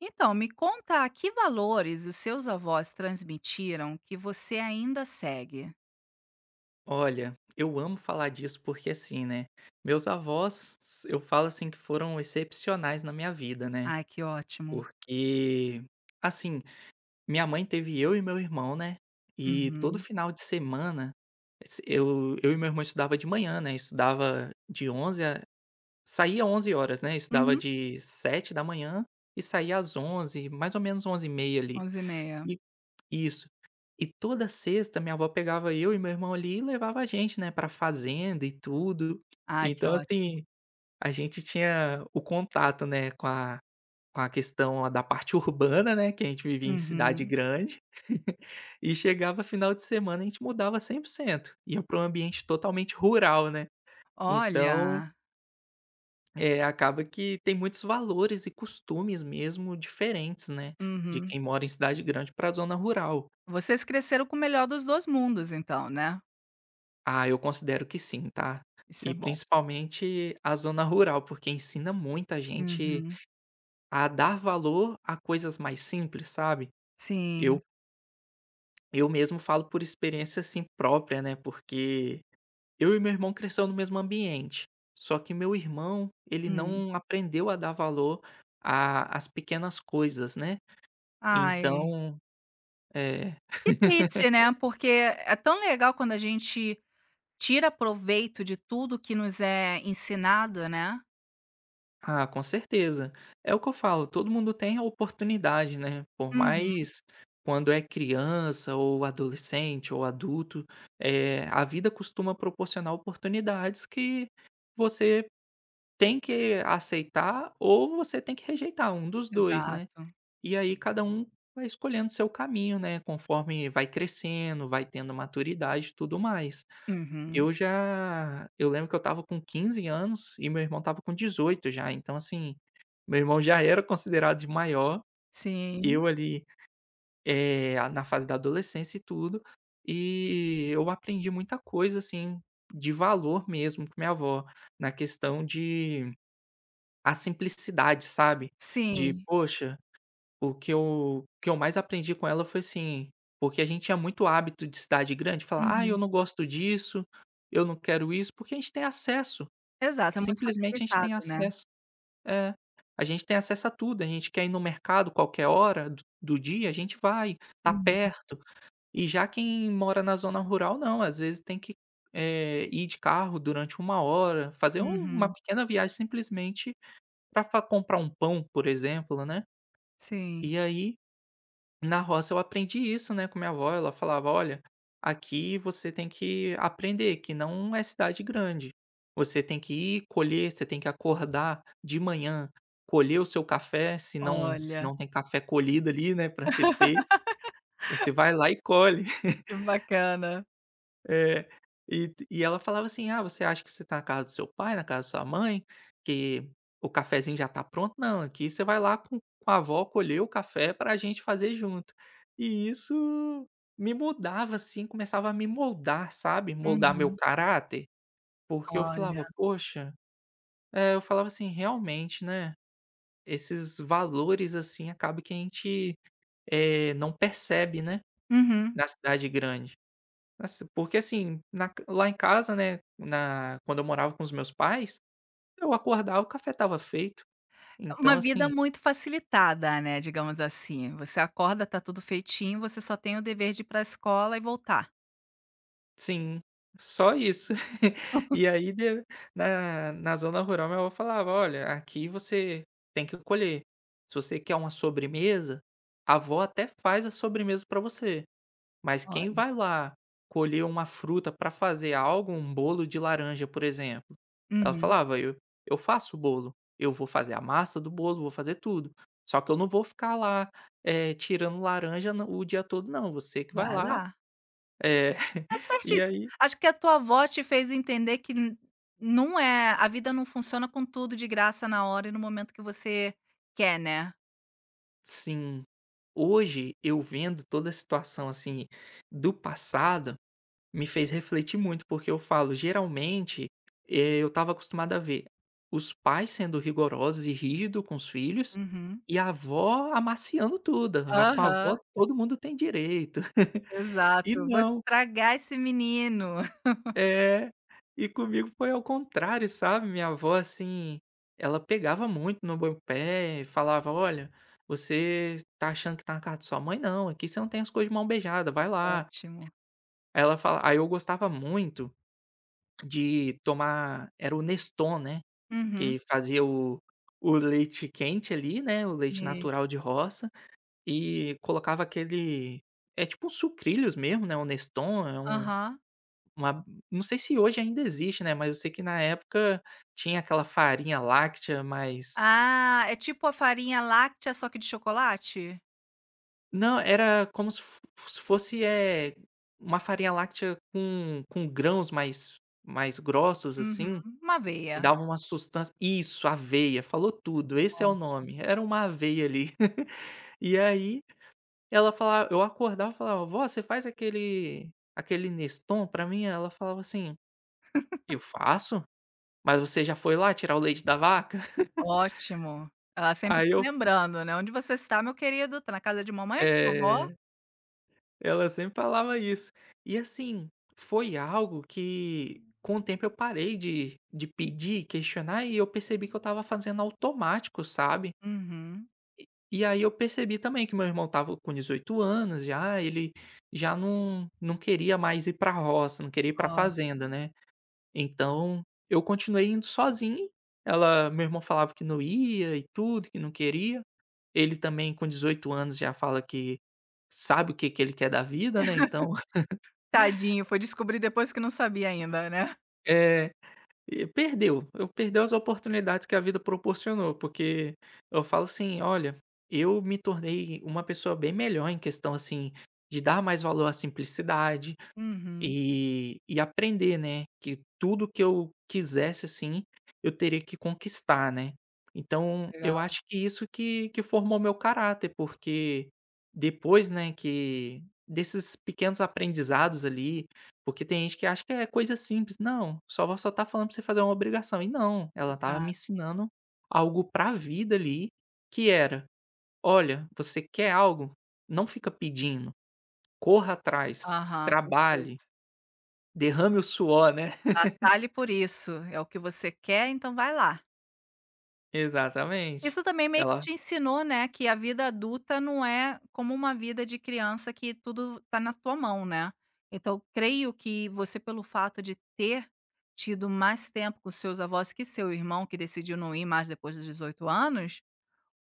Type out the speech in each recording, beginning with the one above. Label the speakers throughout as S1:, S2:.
S1: Então, me conta que valores os seus avós transmitiram que você ainda segue?
S2: Olha, eu amo falar disso porque assim, né, meus avós, s eu falo assim que foram excepcionais na minha vida, né,
S1: Ai, que ótimo.
S2: porque, assim, minha mãe teve eu e meu irmão, né, e todo
S1: Uhum.
S2: final de semana, se eu eu e meu irmão estudava de manhã, né, estudava de onze, h a saía 11h, né, estudava
S1: Uhum.
S2: de 7 da manhã e saía às 11, mais ou menos 11:30 ali.
S1: 11h30.
S2: E isso. E toda sexta minha avó pegava eu e meu irmão ali e levava a gente, né, pra fazenda e tudo.
S1: Ai, que
S2: Então,
S1: ótimo.
S2: assim, a gente tinha o contato, né, com a questão lá da parte urbana, né, que a gente vivia em cidade
S1: Uhum.
S2: grande, e chegava final de semana a gente mudava 100%, ia para um ambiente totalmente rural, né. Então,
S1: Olha.
S2: acaba que tem muitos valores e costumes mesmo diferentes, né, de
S1: Uhum.
S2: quem mora em cidade grande para a zona rural.
S1: Vocês cresceram com o melhor dos 2 mundos então, né.
S2: Ah, eu considero que sim, tá.
S1: Isso é
S2: E
S1: bom.
S2: principalmente a zona rural, porque ensina muita gente
S1: Uhum.
S2: a dar valor a coisas mais simples, sabe. Eu
S1: Sim.
S2: eu mesmo falo por experiência, assim, própria, né, porque eu e meu irmão cresceu no mesmo ambiente, só que meu irmão, ele
S1: Hum.
S2: não aprendeu a dar valor a às pequenas coisas, né.
S1: Ai,
S2: Então é.
S1: que triste, né, porque é tão legal quando a gente tira proveito de tudo que nos é ensinado, né.
S2: Ah, com certeza. É o que eu falo, todo mundo tem a oportunidade, né? Por
S1: Uhum.
S2: mais quando é criança ou adolescente ou adulto, a vida costuma proporcionar oportunidades que você tem que aceitar ou você tem que rejeitar, um dos dois, né?
S1: Exato.
S2: E aí cada um vai escolhendo seu caminho, né? Conforme vai crescendo, vai tendo maturidade e tudo mais.
S1: Uhum.
S2: Eu lembro que eu estava com 15 anos e meu irmão estava com 18 já, então assim, meu irmão já era considerado de maior,
S1: Sim,
S2: eu ali, eh, a na fase da adolescência e tudo, e eu aprendi muita coisa, assim, de valor mesmo com minha avó, na questão de a simplicidade, sabe? De:
S1: sim.
S2: "Poxa". O que eu mais aprendi com ela foi assim, porque a gente tinha muito hábito de cidade grande falar: "Ah, eu
S1: Uhum.
S2: não gosto disso, eu não quero isso", porque a gente tem acesso,
S1: Exato, é muito
S2: simplesmente a gente
S1: facilitado,
S2: tem
S1: né.
S2: acesso é, a tudo. A gente quer ir no mercado qualquer hora do dia, a gente vai, tá
S1: Uhum,
S2: perto. E já quem mora na zona rural não, às vezes tem que, ir de carro durante uma hora, fazer um- uma
S1: uhum.
S2: pequena viagem simplesmente para comprar um pão, por exemplo, né.
S1: Sim.
S2: E aí na roça eu aprendi isso, né, com minha avó, ela falava: "Olha, aqui você tem que aprender que não é cidade grande. Você tem que ir colher, você tem que acordar de manhã, colher o seu café, se não se
S1: Olha,
S2: não tem café colhido ali, né, para ser feito, você vai lá e colhe".
S1: que bacana.
S2: É, e ela falava assim: "Ah, você acha que você tá na casa do seu pai, na casa da sua mãe, que o cafezinho já tá pronto? Não, aqui você vai lá com a avó colher o café pra gente fazer junto". E isso me mudava, assim, começava a me moldar, sabe, moldar meu
S1: Uhum.
S2: caráter, porque eu
S1: Olha.
S2: falava: "Poxa". Eu falava assim: "Realmente, né, esses valores, assim, acaba que a gente, não percebe, né,
S1: Uhum.
S2: na cidade grande". Assi Porque assim, na ca lá em casa, né, na quando eu morava com os meus pais, eu acordava, o café estava feito. Então
S1: Uma vida
S2: assim,
S1: muito facilitada, né, digamos assim. Você acorda, tá tudo feitinho, você só tem o dever de ir pra escola e voltar.
S2: sim, só isso. E aí de na na zona rural, minha avó falava: "Olha, aqui você tem que colher. Se você quer uma sobremesa, a avó até faz a sobremesa para você. Mas quem
S1: Olha.
S2: vai lá colher uma fruta para fazer algo, um bolo de laranja, por exemplo", ela
S1: Uhum.
S2: falava: "Eu faço o bolo, eu vou fazer a massa do bolo, vou fazer tudo, só que eu não vou ficar lá, tirando laranja na o dia todo não, você que vai
S1: Vai
S2: lá".
S1: lá.
S2: É.
S1: É
S2: E
S1: certíssimo.
S2: aí,
S1: Acho que a tua avó te fez entender que n não é a vida não funciona com tudo de graça na hora e no momento que você quer, né.
S2: sim. Hoje eu vendo toda a situação, assim, do passado, me fez refletir muito, porque eu falo, geralmente, eu estava acostumado a ver os pais sendo rigorosos e rígidos com os filhos,
S1: Uhum.
S2: e a avó amaciando tudo, a com a
S1: Aham,
S2: avó todo mundo tem direito. E
S1: exato. "Vou
S2: não
S1: estragar esse menino".
S2: é, e comigo foi ao contrário, sabe. Minha avó, assim, ela pegava muito no meu pé e falava: "Olha, você tá achando que tá na casa de sua mãe? Não, aqui você não tem as coisas de mão beijada, vai lá".
S1: Ótimo.
S2: Aí ela fala aí Eu gostava muito de tomar era o Neston, né,
S1: Uhum.
S2: que fazia o leite quente ali, né, o leite
S1: E
S2: natural de roça, e colocava aquele, é tipo um sucrilhos mesmo, né, o Neston é um
S1: aham.
S2: uma, não sei se hoje ainda existe, né, mas eu sei que na época tinha aquela farinha láctea, mas
S1: Ah, é tipo a farinha láctea, só que de chocolate?
S2: não, era como se fosse, é uma farinha láctea com grãos mais grossos,
S1: Uhum.
S2: assim.
S1: Uma
S2: Que
S1: aveia.
S2: dava uma sustância, isso, aveia, falou tudo, esse é o
S1: Ótimo.
S2: nome, era uma aveia ali. E aí, ela falava, eu acordava e falava: "Vó, você faz aquele Neston pra mim?" Ela falava assim: "Eu faço, mas você já foi lá tirar o leite da vaca?"
S1: Ótimo. Ela sempre
S2: Aí
S1: te
S2: eu,
S1: lembrando, né: "Onde você está, meu querido? Tá na casa de mamãe ou de vovó?".
S2: é, ela sempre falava isso. E assim, foi algo que com o tempo eu parei de pedir, questionar, e eu percebi que eu estava fazendo automático, sabe.
S1: Uhum.
S2: E aí eu percebi também que meu irmão tava com 18 anos já, ele já não queria mais ir pra roça, não queria ir pra
S1: Olha,
S2: fazenda, né. Então eu continuei indo sozinho, ela, meu irmão falava que não ia e tudo, que não queria. Ele também com 18 anos já fala que sabe o que que ele quer da vida, né, então.
S1: tadinho, foi descobrir depois que não sabia ainda, né.
S2: E perdeu, eu perdeu as oportunidades que a vida proporcionou, porque eu falo assim: "Olha, eu me tornei uma pessoa bem melhor em questão, assim, de dar mais valor à simplicidade,
S1: Uhum.
S2: e aprender, né, que tudo que eu quisesse, assim, eu teria que conquistar, né. Então,
S1: Legal,
S2: eu acho que isso que formou meu caráter, porque depois, né, que desses pequenos aprendizados ali, porque tem gente que acha que é coisa simples, 'Não, sua avó só tá falando pra você fazer uma obrigação', e não, ela estava
S1: exato.
S2: me ensinando algo pra vida ali, que era: 'Olha, você quer algo? Não fica pedindo, corra atrás,
S1: Aham,
S2: trabalhe'".
S1: perfeito.
S2: Derrame o suor, né.
S1: Batalhe por isso, é o que você quer, então vai lá.
S2: Exatamente.
S1: Isso também meio que
S2: Ela
S1: te ensinou, né, que a vida adulta não é como uma vida de criança que tudo tá na tua mão, né. Então creio que você pelo fato de ter tido mais tempo com seus avós que seu irmão que decidiu não ir mais depois dos 18 anos,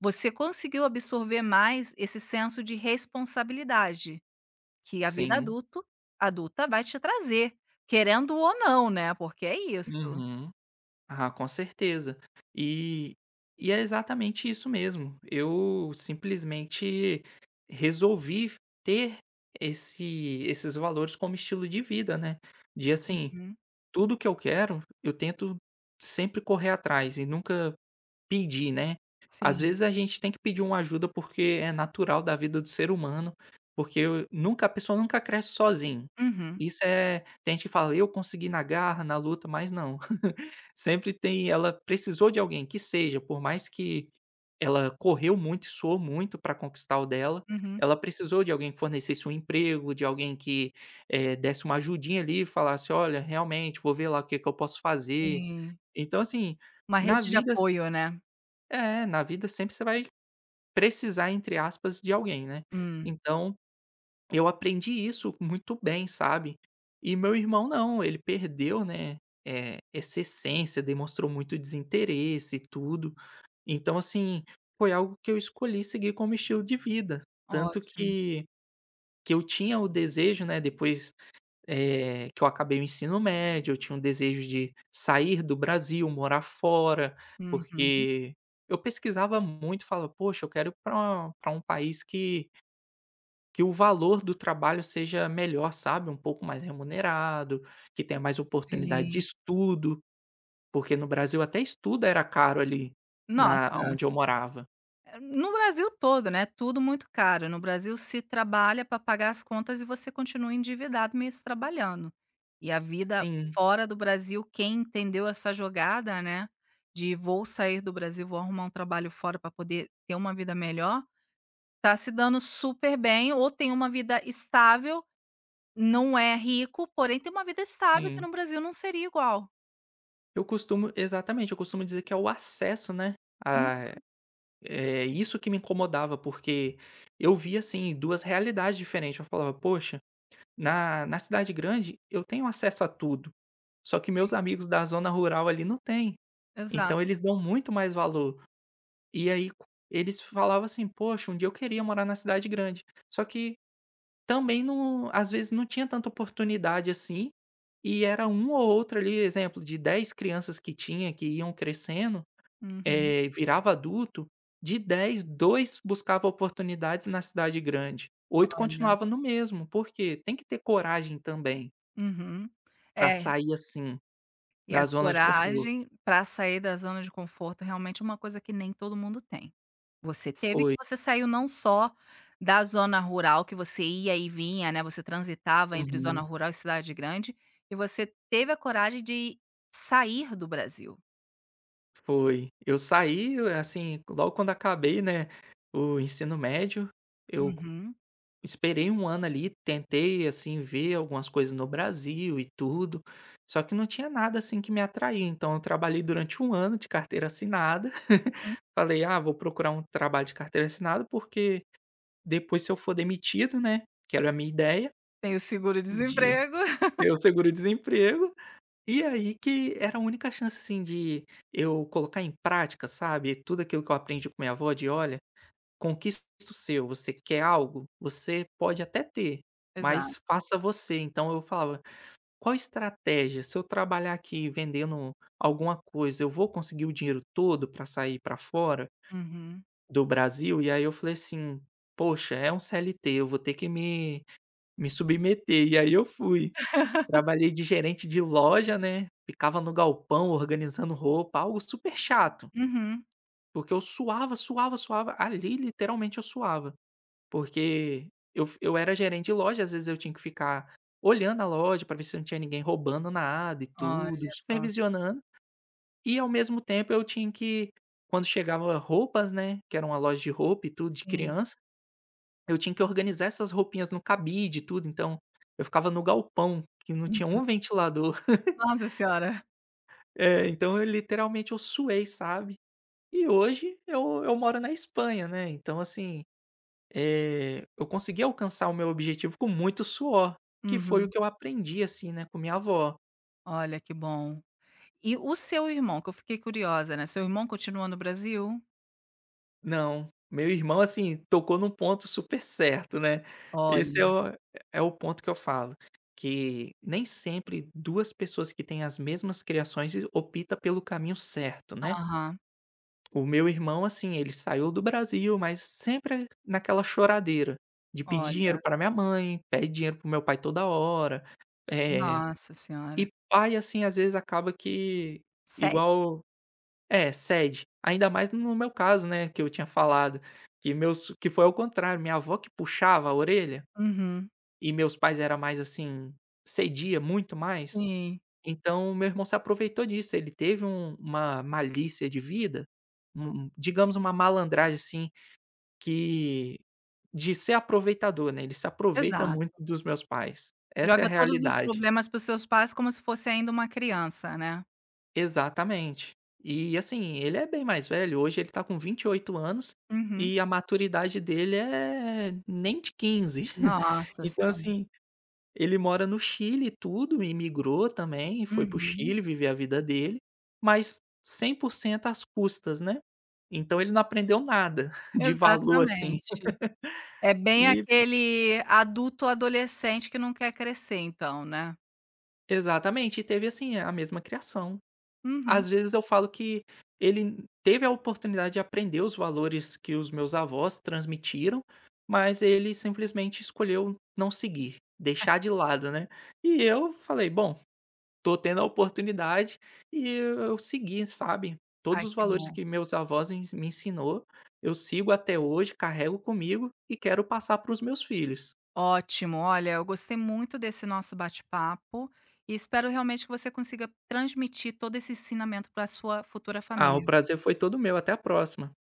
S1: você conseguiu absorver mais esse senso de responsabilidade, que a vida
S2: sim.
S1: adulto adulta vai te trazer, querendo ou não, né, porque é isso.
S2: Uhum. Ah, com certeza. E e é exatamente isso mesmo. Eu simplesmente resolvi ter esses valores como estilo de vida, né, de, assim,
S1: Uhum.
S2: tudo que eu quero, eu tento sempre correr atrás e nunca pedir, né. Às
S1: Sim.
S2: vezes a gente tem que pedir uma ajuda, porque é natural da vida do ser humano, porque nunca, a pessoa nunca cresce sozinho.
S1: Uhum,
S2: Isso é, tem gente que fala: "Eu consegui na garra, na luta", mas não. Sempre tem ela precisou de alguém, que seja, por mais que ela correu muito e suou muito para conquistar o dela,
S1: uhum.
S2: ela precisou de alguém que fornecesse um emprego, de alguém que, desse uma ajudinha ali e falasse: "Olha, realmente, vou ver lá o que que eu posso fazer".
S1: Sim.
S2: Então assim,
S1: Uma
S2: na
S1: rede de
S2: vida
S1: apoio, né.
S2: na vida sempre você vai "precisar", entre aspas, de alguém, né.
S1: Hum,
S2: Então, eu aprendi isso muito bem, sabe. E meu irmão não, ele perdeu, né, essa essência, demonstrou muito desinteresse e tudo. Então, assim, foi algo que eu escolhi seguir como estilo de vida. Tanto
S1: ótimo.
S2: que eu tinha o desejo, né, depois, que eu acabei o ensino médio, eu tinha um desejo de sair do Brasil, morar fora,
S1: Uhum.
S2: porque eu pesquisava muito, falava: "Poxa, eu quero ir pra um país que o valor do trabalho seja melhor, sabe, um pouco mais remunerado, que tenha mais oportunidade de
S1: Sim.
S2: estudo", porque no Brasil até estudo era caro ali, na
S1: Nossa,
S2: onde eu morava.
S1: no Brasil todo, né, tudo muito caro. No Brasil se trabalha para pagar as contas e você continua endividado mesmo se trabalhando. E a vida
S2: Sim,
S1: fora do Brasil, quem entendeu essa jogada, né, de vou sair do Brasil, vou arrumar um trabalho fora para poder ter uma vida melhor, tá se dando super bem ou tem uma vida estável, não é rico, porém tem uma vida estável que
S2: sim.
S1: no Brasil não seria igual.
S2: Eu costumo, exatamente, eu costumo dizer que é o acesso, né. É isso que me incomodava, porque eu via, assim, 2 realidades diferentes. Eu falava: "Poxa, na cidade grande eu tenho acesso a tudo, só que
S1: Sim,
S2: meus amigos da zona rural ali não têm,
S1: exato.
S2: então eles dão muito mais valor". E aí, co eles falavam assim: "Poxa, um dia eu queria morar na cidade grande", só que também não, às vezes não tinha tanta oportunidade assim, e era um ou outro ali, exemplo, de 10 crianças que tinha, que iam crescendo,
S1: Uhum.
S2: virava adulto, de 10, 2 buscava oportunidades na cidade grande, 8
S1: Olha,
S2: continuava no mesmo, por quê? Tem que ter coragem também,
S1: uhum.
S2: para
S1: É,
S2: sair, assim,
S1: e a
S2: da zona de conforto.
S1: coragem para sair da zona de conforto realmente é uma coisa que nem todo mundo tem. Você teve que
S2: Foi.
S1: você saiu não só da zona rural que você ia e vinha, né, você transitava entre zona
S2: Uhum.
S1: rural e cidade grande, e você teve a coragem de sair do Brasil.
S2: Foi. Eu saí, assim, logo quando acabei, né, o ensino médio, eu
S1: Uhum.
S2: esperei um ano ali, tentei, assim, ver algumas coisas no Brasil e tudo, só que não tinha nada, assim, que me atraía, então eu trabalhei durante um ano de carteira assinada.
S1: Hum.
S2: Falei: "Ah, vou procurar um trabalho de carteira assinada, porque depois se eu for demitido, né", que era a minha ideia
S1: Tem o
S2: de
S1: seguro-desemprego.
S2: ter o seguro-desemprego, e aí que era a única chance, assim, de eu colocar em prática, sabe, tudo aquilo que eu aprendi com minha avó de: "Olha, conquista o seu, você quer algo? Você pode até ter, mas
S1: Exato.
S2: faça você". Então eu falava: "Qual estratégia? Se eu trabalhar aqui vendendo alguma coisa, eu vou conseguir o dinheiro todo para sair para fora
S1: Uhum.
S2: do Brasil?" E aí eu falei assim: "Poxa, é um CLT, eu vou ter que me submeter". E aí eu fui. Trabalhei de gerente de loja, né, ficava no galpão organizando roupa, algo super chato,
S1: Uhum.
S2: porque eu suava, suava, suava, ali literalmente eu suava. Porque eu era gerente de loja, às vezes eu tinha que ficar olhando a loja para ver se não tinha ninguém roubando nada e tudo,
S1: Olha só.
S2: supervisionando, e ao mesmo tempo eu tinha que, quando chegava roupas, né, que era uma loja de roupa e tudo, de
S1: Sim.
S2: criança, eu tinha que organizar essas roupinhas no cabide e tudo, então eu ficava no galpão, que não tinha
S1: Uhum.
S2: um ventilador.
S1: Nossa senhora.
S2: É, então eu literalmente eu suei, sabe. E hoje eu moro na Espanha, né, então assim, eu consegui alcançar o meu objetivo com muito suor, que foi o
S1: Uhum.
S2: que eu aprendi, assim, né, com minha avó.
S1: Olha, que bom. E o seu irmão, que eu fiquei curiosa, né, seu irmão continua no Brasil?
S2: Não, meu irmão, assim, tocou num ponto super certo, né. Esse é
S1: Olha,
S2: o é o ponto que eu falo, que nem sempre 2 pessoas que têm as mesmas criações e opta pelo caminho certo, né.
S1: aham,
S2: O meu irmão, assim, ele saiu do Brasil, mas sempre naquela choradeira de pedir dinheiro
S1: olha,
S2: para minha mãe, pede dinheiro para meu pai toda hora, eh
S1: nossa senhora,
S2: e pai, assim, às vezes acaba que
S1: cede.
S2: igual, é, cede. Ainda mais no meu caso, né, que eu tinha falado, que meus, que foi ao contrário, minha avó que puxava a orelha,
S1: Uhum,
S2: e meus pais era mais assim, cedia muito mais,
S1: sim,
S2: então meu irmão se aproveitou disso, ele teve uma malícia de vida, um, digamos, uma malandragem, assim, que de ser aproveitador, né, ele se aproveita
S1: exato.
S2: muito dos meus pais, essa é a
S1: Joga todos os
S2: realidade.
S1: problemas para os seus pais como se fosse ainda uma criança, né.
S2: Exatamente. E assim, ele é bem mais velho, hoje ele tá com 28 anos
S1: Uhum.
S2: e a maturidade dele é nem de 15.
S1: Nossa
S2: Então
S1: senhora.
S2: assim, ele mora no Chile e tudo, imigrou também, foi para o
S1: Uhum,
S2: Chile viver a vida dele, mas 100% às custas, né. Então ele não aprendeu nada de valor, assim.
S1: exatamente. É bem
S2: E,
S1: aquele adulto adolescente que não quer crescer então, né.
S2: exatamente, e teve assim, a mesma criação.
S1: Uhum.
S2: Às vezes eu falo que ele teve a oportunidade de aprender os valores que os meus avós transmitiram, mas ele simplesmente escolheu não seguir, deixar de lado, né. E eu falei: "Bom, tô tendo a oportunidade", e eu segui, sabe. Todos
S1: Ai,
S2: os
S1: que
S2: valores
S1: bom.
S2: que meus avós ens me ensinou, eu sigo até hoje, carrego comigo e quero passar para os meus filhos.
S1: Ótimo, olha, eu gostei muito desse nosso bate-papo e espero realmente que você consiga transmitir todo esse ensinamento para a sua futura
S2: Ah, o
S1: família.
S2: prazer foi todo meu, até a próxima.